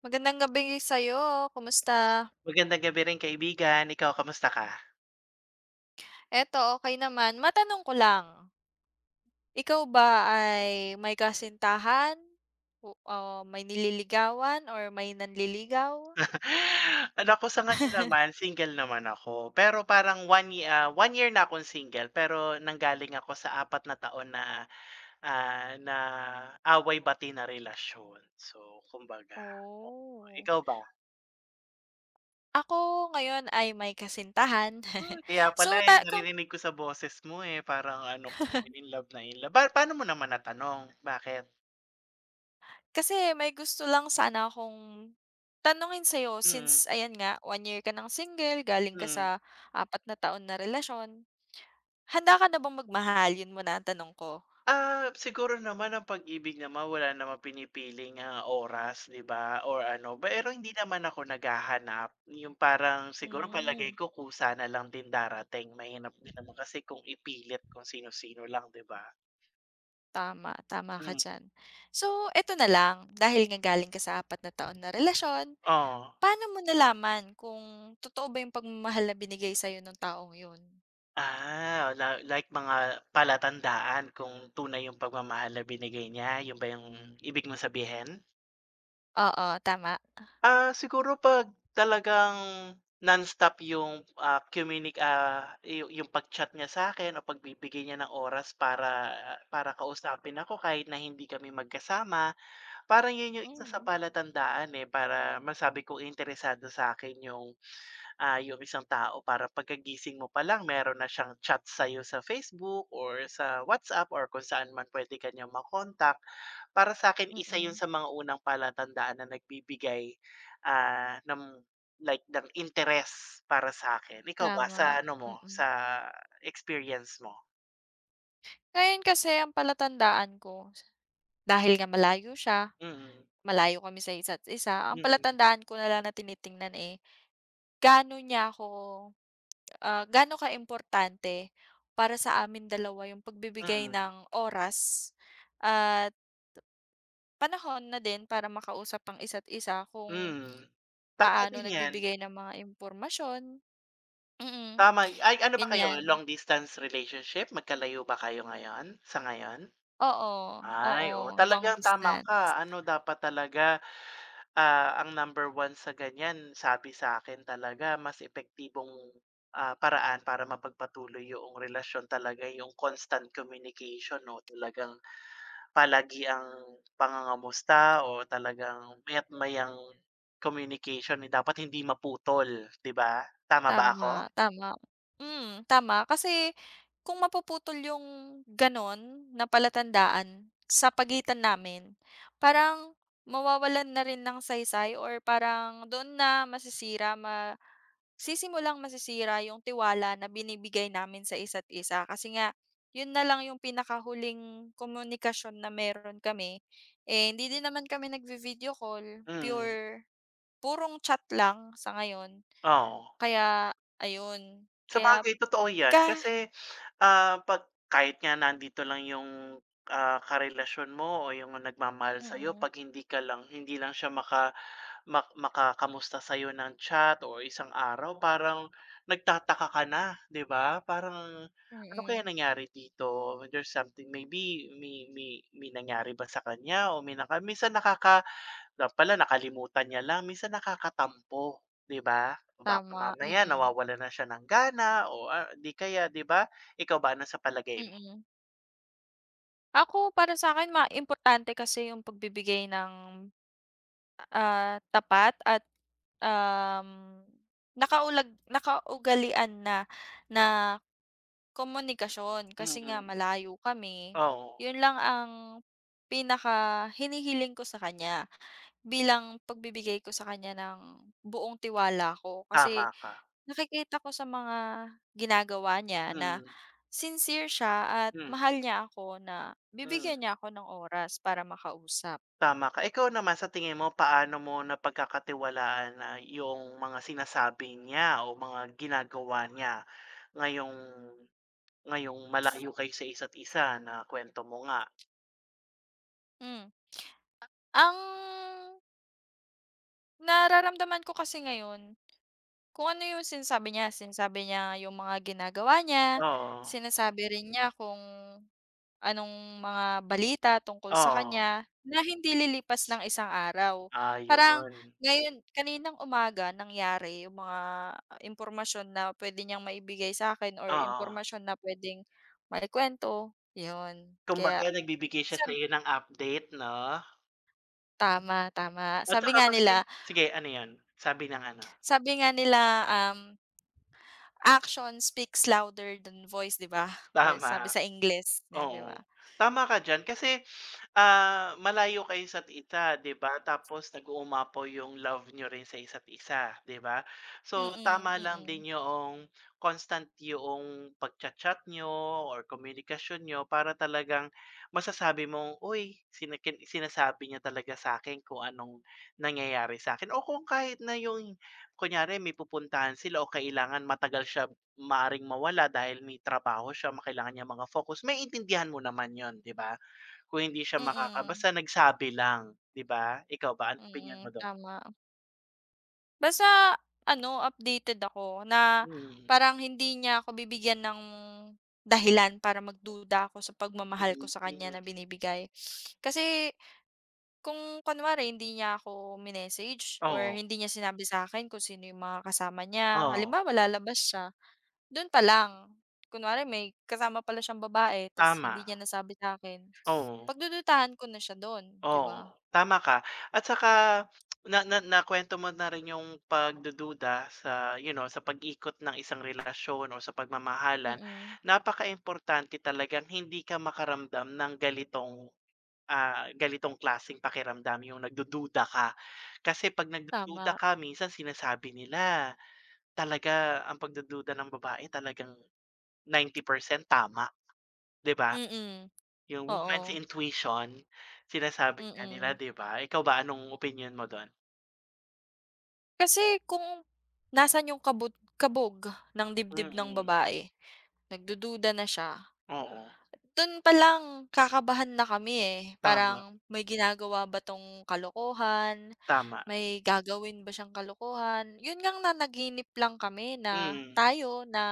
Magandang gabi sa'yo, kumusta? Magandang gabi rin kaibigan, ikaw kamusta ka? Eto okey naman. Matanong ko lang, ikaw ba ay may kasintahan? O o may nililigawan or may nanliligaw? Ano ako sa ngayon naman, single naman ako. Pero parang 1 year na akong single pero nanggaling ako sa apat na taon na away-bati na relasyon. So, kumbaga oo. Oh. Ikaw ba? Ako ngayon ay may kasintahan. Uy, kaya pala, So eh, ta kung naririnig ko sa boses mo, eh, parang ano, in love na in love. Paano mo naman natanong? Bakit? kasi may gusto lang sana akong tanungin sa'yo Mm, since ayan nga, 1 year ka ng single, galing ka mm. sa apat na taon na relasyon. Handa ka na bang magmahal? Yun muna ang tanong ko. Ah, siguro naman ang pag-ibig naman wala namang pinipiling, oras 'di ba or ano, pero hindi naman ako naghahanap, yung parang siguro palagay Hmm. ko kusa na lang din darating mahirap din naman kasi kung ipilit kung sino-sino lang 'di ba? Tama, tama ka Hmm, diyan. So, eto na lang, dahil nga galing ka sa 4 na taon na relasyon, oh. paano mo nalaman kung totoo ba yung pagmamahal na binigay sa'yo nung taong yun? Ah, la like mga palatandaan kung tunay yung pagmamahal na binigay niya, yun ba yung ibig mo sabihin? Oo, tama. Ah, siguro 'pag talagang nonstop yung, ah, communic ah, yu yung pag-chat niya sa akin o pagbibigay niya ng oras para para kausapin ako kahit na hindi kami magkasama. Parang yun yung isa sa Mm, palatandaan, eh, para masabi kong interesado sa akin yung, yung isang tao para pagkagising mo palang meron na siyang chat sa iyo sa Facebook or sa WhatsApp or kung saan man puwede ka niyang ma-contact. Para sa akin isa 'yun mm. sa mga unang palatandaan na nagbibigay, ng like ng interest para sa akin. Ikaw ba Tama, sa ano mo, mm. sa experience mo? Ngayon kasi ang palatandaan ko, dahil nga malayo siya, Mm, malayo kami sa isa't isa, ang mm, palatandaan ko na lang na tinitingnan, eh, gaano niya ako Ah, gaano importante para sa amin dalawa yung pagbibigay mm, ng oras at panahon na din para makausap ang isa't isa kung mm. Tama paano din 'yan, nagbibigay ng mga impormasyon, mm, tama ay ano ba kayo, ganyan. long distance relationship? Magkalayo ba kayo ngayon, sa ngayon? Oo, Ay, oo, oo, long talagang tama ka, distance. ano dapat talaga. Ah, ang number one sa ganyan sabi sa akin talaga mas epektibong, paraan para mapagpatuloy yung relasyon talaga yung constant communication 'no, talagang palagi ang pangangamusta o talagang maya't mayang communication, eh, dapat hindi maputol, 'di ba? Tama ba ako? Tama, tama. Mm, tama kasi kung mapuputol yung gano'n na palatandaan sa pagitan namin, parang mawawalan na rin ng saysay or parang doon na masisira ma sisimulang masisira yung tiwala na binibigay namin sa isa't isa kasi nga yun na lang yung pinakahuling komunikasyon na meron kami, eh, hindi din naman kami nagvi-video call, Mm, purong chat lang sa ngayon. oo. Kaya ayun, kaya Sabagay totoo 'yan Ka kasi, 'pag kahit nga nandito lang yung, karelasyon mo o yung nagmamahal sa'yo mm, 'pag hindi lang siya makakamusta sa'yo ng chat o isang araw parang nagtataka ka na, 'di ba? Parang, "Ano kaya mm, nangyari dito? There's something maybe may nangyari ba sa kanya o may naka" minsan nakaka na pala nakalimutan niya lang minsan nakakatampo, 'di ba? Baka tama, mamaya mm, nawawala na siya ng gana o, 'di kaya 'di ba? Ikaw ba ano sa palagay mo? mm. Ako para sa'kin importante kasi yung pagbibigay ng, tapat at, um, nakaugalian na na komunikasyon kasi nga Mm, malayo kami. oo, Yun lang ang pinaka hinihiling ko sa kanya bilang pagbibigay ko sa kanya ng buong tiwala ko tama kasi ka. nakikita ko sa mga ginagawa niya na Mm, sincere siya at hmm, mahal niya ako na hmm, bibigyan niya ako ng oras para makausap. tama ka. Ikaw naman sa tingin mo paano mo napagkakatiwalaan na yung mga sinasabi niya o mga ginagawa niya ngayong ngayong malayo kayo sa isa't isa na kwento mo nga? Hmm. Ang nararamdaman ko kasi ngayon kung ano yung sinasabi niya yung mga ginagawa niya, Oo, sinasabi rin niya kung anong mga balita tungkol sa oo, kanya na hindi lilipas ng isang araw. Parang ayun, ngayon kaninang umaga nangyari yung mga impormasyon na pwede niyang maibigay sa akin or oo. impormasyon na puwedeng maikuwento, yun. Kaya Kumbaga nagbibigay siya sab sa'yo ng update 'no? tama, tama. At Sabi saka nga kasi nila sige ano 'yun? Sabi ng ano? sabi nga nila, um Action speaks louder than voice, 'di ba? Sabi Tama, sabi sa Ingles na, 'di ba? oo. Tama ka diyan kasi. Ah, malayo kayo sa isa, 'di ba? Tapos nag-uumapaw yung love nyo rin sa isa't isa, 'di ba? So, Mm, tama lang mm. din yung constant yung pagcha-chat nyo or komunikasyon nyo para talagang masasabi mong, "Uy, sinasabi niya talaga sa akin kung anong nangyayari sa'kin." O kung kahit na yung kunyari may pupuntahan sila o kailangan matagal siya maring mawala dahil may trabaho siya, kailangan niya mga focus, may intindihan mo naman yon, 'di ba? Kung hindi siya Mm, makakabasa nagsabi lang, 'di ba? Ikaw ba, anong opinyon mo mm, do'n? tama. Basta ano, updated ako na Mm, parang hindi niya ako bibigyan ng dahilan para magduda ako sa pagmamahal ko mm, sa kanya mm. na binibigay. Kasi kung kunwari hindi niya ako minessage or Oo, hindi niya sinabi sa'kin kung sino yung mga kasama niya, oo, halimbawa lalabas siya. Dun pa lang, kunwari may kasama pala siyang babae ta's tama. hindi niya nasabi sa'kin, Oo, pagdududahan ko na siya dun, 'di oo, ba? tama ka at saka na na nakuwento mo na rin yung pagdududa sa you know, sa pag-ikot ng isang relasyon o sa pagmamahalan. Mm, Napakaimportante talagang hindi ka makaramdam ng ganitong, ganitong klaseng pakiramdam, yung nagdududa ka. Kasi 'pag nagdududa tama. ka minsan sinasabi nila talaga ang pagdududa ng babae talagang 90% tama, 'di ba? Mm, Yung woman's oo, intuition, sinasabi nga nila, mm. 'di ba? Ikaw ba, anong opinyon mo dun? Kasi kung nasaan yung kabog kabog ng Mm, dibdib ng mm, babae, nagdududa na siya. oo. Dun palang kakabahan na kami, eh, Tama, parang may ginagawa ba 'tong kalokohan, tama. may gagawin ba siyang kalokohan. Yun ngang nanaginip lang kami na Mm, tayo na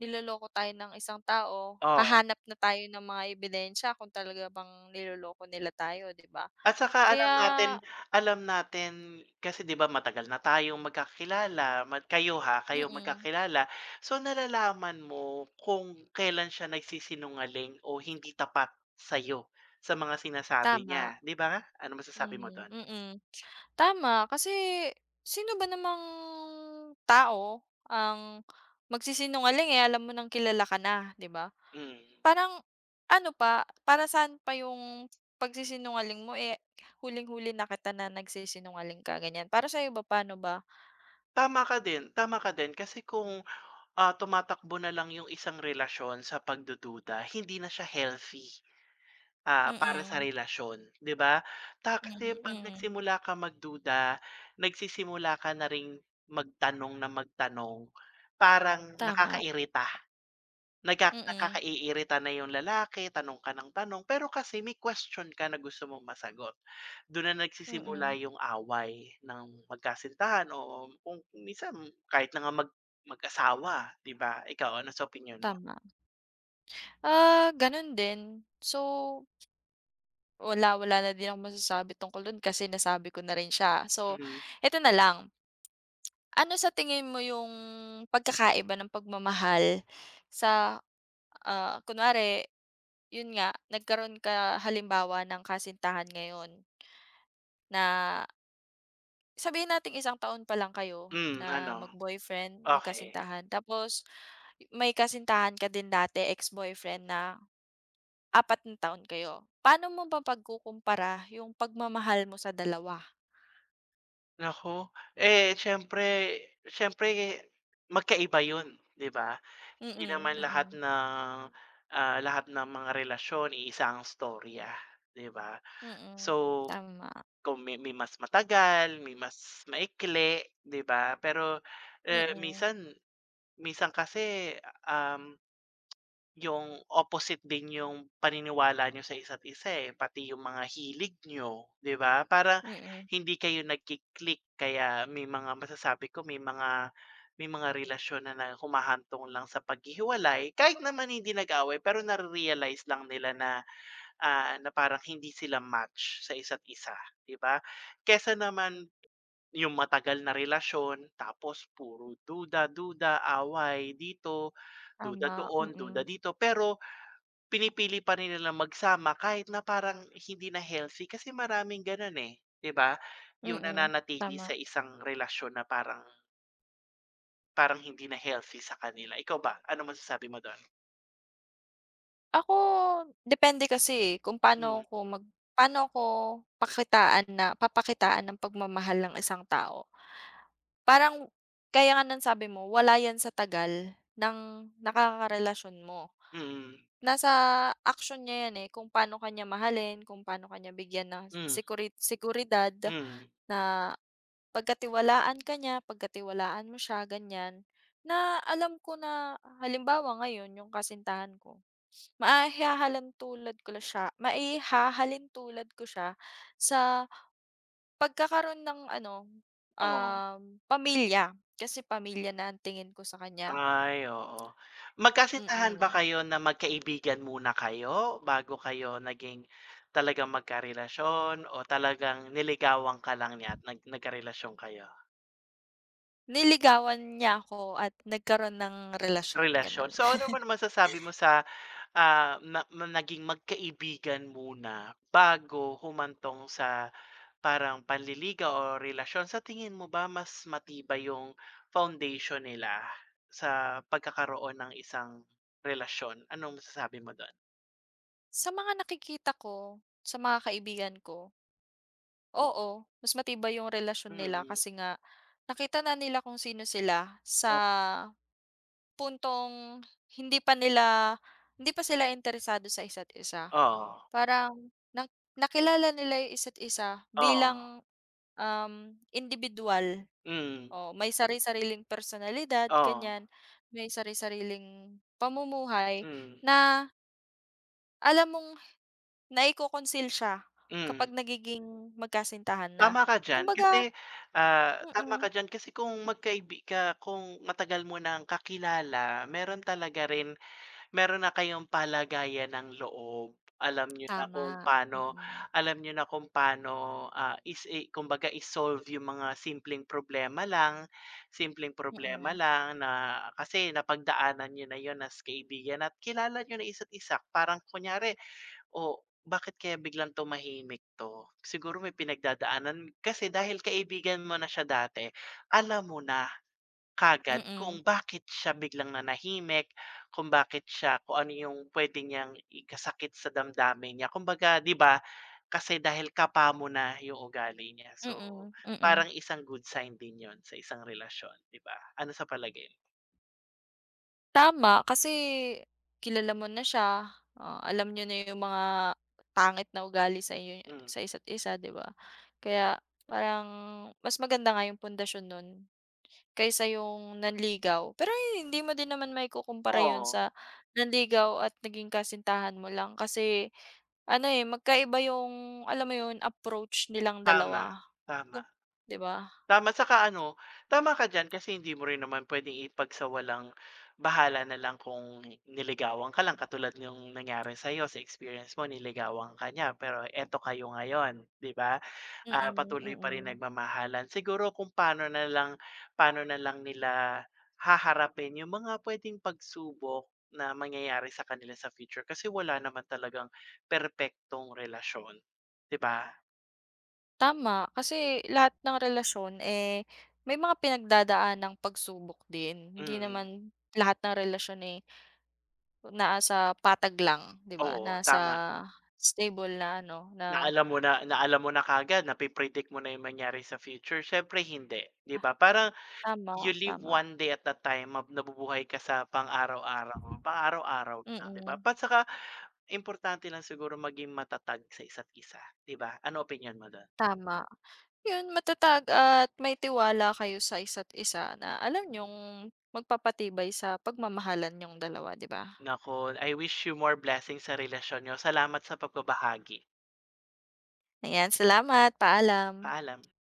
niloloko tayo ng isang tao, oo. hahanap na tayo ng mga ebidensya kung talaga bang niloloko nila tayo, 'di ba? At saka Kaya alam natin kasi 'di ba matagal na tayong magkakilala, ma kayo ha, kayo mm, magkakilala. So nalalaman mo kung kailan siya nagsisinungaling o hindi tapat sa'yo, sa mga sinasabi niya, tama. 'di ba? Ano masasabi mo Mhm, dun? mm. Tama, kasi sino ba namang tao ang magsisinungaling, eh, alam mo nang kilala ka na, 'di ba? Mm. Parang ano pa, para saan pa yung pagsisinungaling mo, eh, huling-huli na kita na nagsisinungaling ka, ganyan. Para sa'yo ba, paano ba? Tama ka din kasi kung, tumatakbo na lang yung isang relasyon sa pagdududa, hindi na siya healthy. Ah, Mm, hmm, para sa mm. relasyon, 'di ba? Kasi 'pag Mm-mm. nagsimula ka magduda, nagsisimula ka na ring magtanong, parang Tama, nakakairita, mm, nakakaiirita na yung lalaki, tanong ka ng tanong, pero kasi may question ka na gusto mong masagot. Dun na nagsisimula mm, yung away ng magkasintahan o kung minsan kahit na nga mag-asawa, 'di ba? Ikaw, ano sa opinyon mo? tama. Ah, gano'n din. So, wala na din ako masasabi tungkol dun kasi nasabi ko na rin siya. So, Mm. eto na lang. Ano sa tingin mo yung pagkakaiba ng pagmamahal sa, kunwari yun nga nagkaroon ka halimbawa ng kasintahan ngayon na sabihin natin isang taon pa lang kayo Hmm, na ano? mag-boyfriend, Okay. magkasintahan tapos may kasintahan ka din dati ex-boyfriend na apat na taon kayo. Paano mo ba pagkukumpara yung pagmamahal mo sa dalawa? Naku, eh, siyempre siyempre magkaiba 'yun, 'di ba? Mm, Hindi mm, naman lahat mm. ng, lahat ng mga relasyon iisa ang istorya, 'di ba? Mm, So, tama, kung may mas matagal, may mas maikli, 'di ba? Pero, mm, eh, mm. minsan minsan kasi, um yung opposite din yung paniniwala nyo sa isa't isa, eh, pati yung mga hilig nyo, 'di ba? Para Mm. hindi kayo nagki kaya may mga masasabi ko may mga relasyon na na humahantong lang sa paghihiwalay kahit naman hindi nag-away pero nare-realize lang nila na, ah, na parang hindi sila match sa isa't isa, 'di ba? Kesa naman yung matagal na relasyon tapos puro duda-duda, away dito, duda Tama, doon, duda mm, dito, pero pinipili pa rin nilang magsama kahit na parang hindi na healthy kasi maraming gano'n, eh, 'di ba? Yung mm, nananatili tama. sa isang relasyon na parang parang hindi na healthy sa kanila. Ikaw ba, ano masasabi mo do'n? Ako depende kasi, eh, kung Hmm, paano ko mag paano ko pakitaan na papakitaan ng pagmamahal ng isang tao. Parang kaya nga ng sabi mo, wala 'yan sa tagal ng nakakarelasyon mo. mm, Nasa action niya 'yan, eh, kung paano kanya niya mahalin, kung paano kanya bigyan ng hmm, seguridad hmm, na pagkatiwalaan ka niya, pagkatiwalaan mo siya, ganyan. Na alam ko na halimbawa ngayon yung kasintahan ko. Hmm, Maihahalin tulad ko siya sa pagkakaroon ng ano, oo. Pamilya. Kasi pamilya na ang tingin ko sa kanya, Ay, oo. Magkasintahan ba mm. kayo na magkaibigan muna kayo bago kayo naging talagang magkarelasyon o talagang niligawan ka lang niya at nagkarelasyon kayo? Niligawan niya ako at nagkaroon ng relasyon, Relasyon. gano'n. So, ano naman masasabi mo sa Ah, na na naging magkaibigan muna bago humantong sa parang panliligaw o relasyon. Sa tingin mo ba mas matibay yung foundation nila sa pagkakaroon ng isang relasyon? Anong masasabi mo do'n? Sa mga nakikita ko, sa mga kaibigan ko, oo, mas matibay yung relasyon nila Mm. kasi nga nakita na nila kung sino sila sa O puntong hindi pa nila hindi pa sila interesado sa isa't isa. oo, Parang na nakilala nila yung isa't isa oo. bilang, indibidwal. Mm, Oo, may sari-sariling personalidad, oo. ganyan. May sari-sariling pamumuhay Mm, na alam mong naiko-conceal siya mm. kapag nagiging magkasintahan na. Tama ka diyan Kumbaga kasi, tama ka mm, diyan kasi kung magkaibi ka kung matagal mo ng kakilala meron talaga rin meron na kayong palagayan ng loob, alam niyo na kung tama. paano Mm, alam niyo na kung paano, ah, is i kumbaga i-solve yung mga simpleng problema lang, mm, na kasi napagdaanan niyo na yon as kaibigan at kilala niyo na isa't isa. Parang kunyari, o bakit kaya biglang tumahimik 'to? Siguro may pinagdadaanan." Kasi dahil kaibigan mo na siya dati, alam mo na. Kaagad kung mm, bakit siya biglang nanahimik, kung bakit siya kung ano yung puwede niyang ikasakit sa damdamin niya. Kumbaga 'di ba, kasi dahil kapa na yung ugali niya. mm, So, mm, mm. parang isang good sign din yon sa isang relasyon, 'di ba? Ano sa palagay mo? Tama, kasi kilala mo na siya, alam niyo na yung mga pangit na ugali sa inyo Hmm. sa isa't isa, 'di ba? Kaya parang mas maganda nga yung pundasyon nun kaysa yung nanligaw. Pero eh, hindi mo din naman maikukumpara yun Oo, sa nanligaw at naging kasintahan mo lang kasi ano, eh, magkaiba yung alam mo yun, approach nilang tama, dalawa, tama. oh, 'di ba? Tama, saka ano, tama ka diyan kasi hindi mo rin naman puwedeng ipagsawalang bahala na lang kung niligawan ka lang katulad nung nangyari sa'yo sa experience mo niligawan ka niya pero eto kayo ngayon, 'di ba? Ah, Mm, mm. patuloy pa rin Mm. nagmamahalan. Siguro kung paano na lang nila haharapin yung mga pwedeng pagsubok na mangyayari sa kanila sa future kasi wala naman talagang perpektong relasyon, 'di ba? Tama, kasi lahat ng relasyon, eh, may mga pinagdadaan ng pagsubok din. Hindi Mm, naman lahat ng relasyon, eh, nasa patag lang, 'di ba? oo, Nasa tama. stable na ano, na Na alam mo na kaagad, nape-predict mo na yung mangyari sa future, siyempre hindi, 'di ah, ba? Parang tama, you live tama, one day at a time, nabubuhay ka sa pang-araw-araw, pang-araw-araw lang, 'di ba? mm, Pa tsaka importante lang siguro maging matatag sa isa't isa, 'di ba? Ano opinion mo dun? tama. 'Yun matatag at may tiwala kayo sa isa't isa na alam niyong magpapatibay sa pagmamahalan niyong dalawa, 'di ba? Naku, I wish you more blessings sa relasyon niyo. Salamat sa pagbabahagi. Ayan, salamat, paalam. Paalam.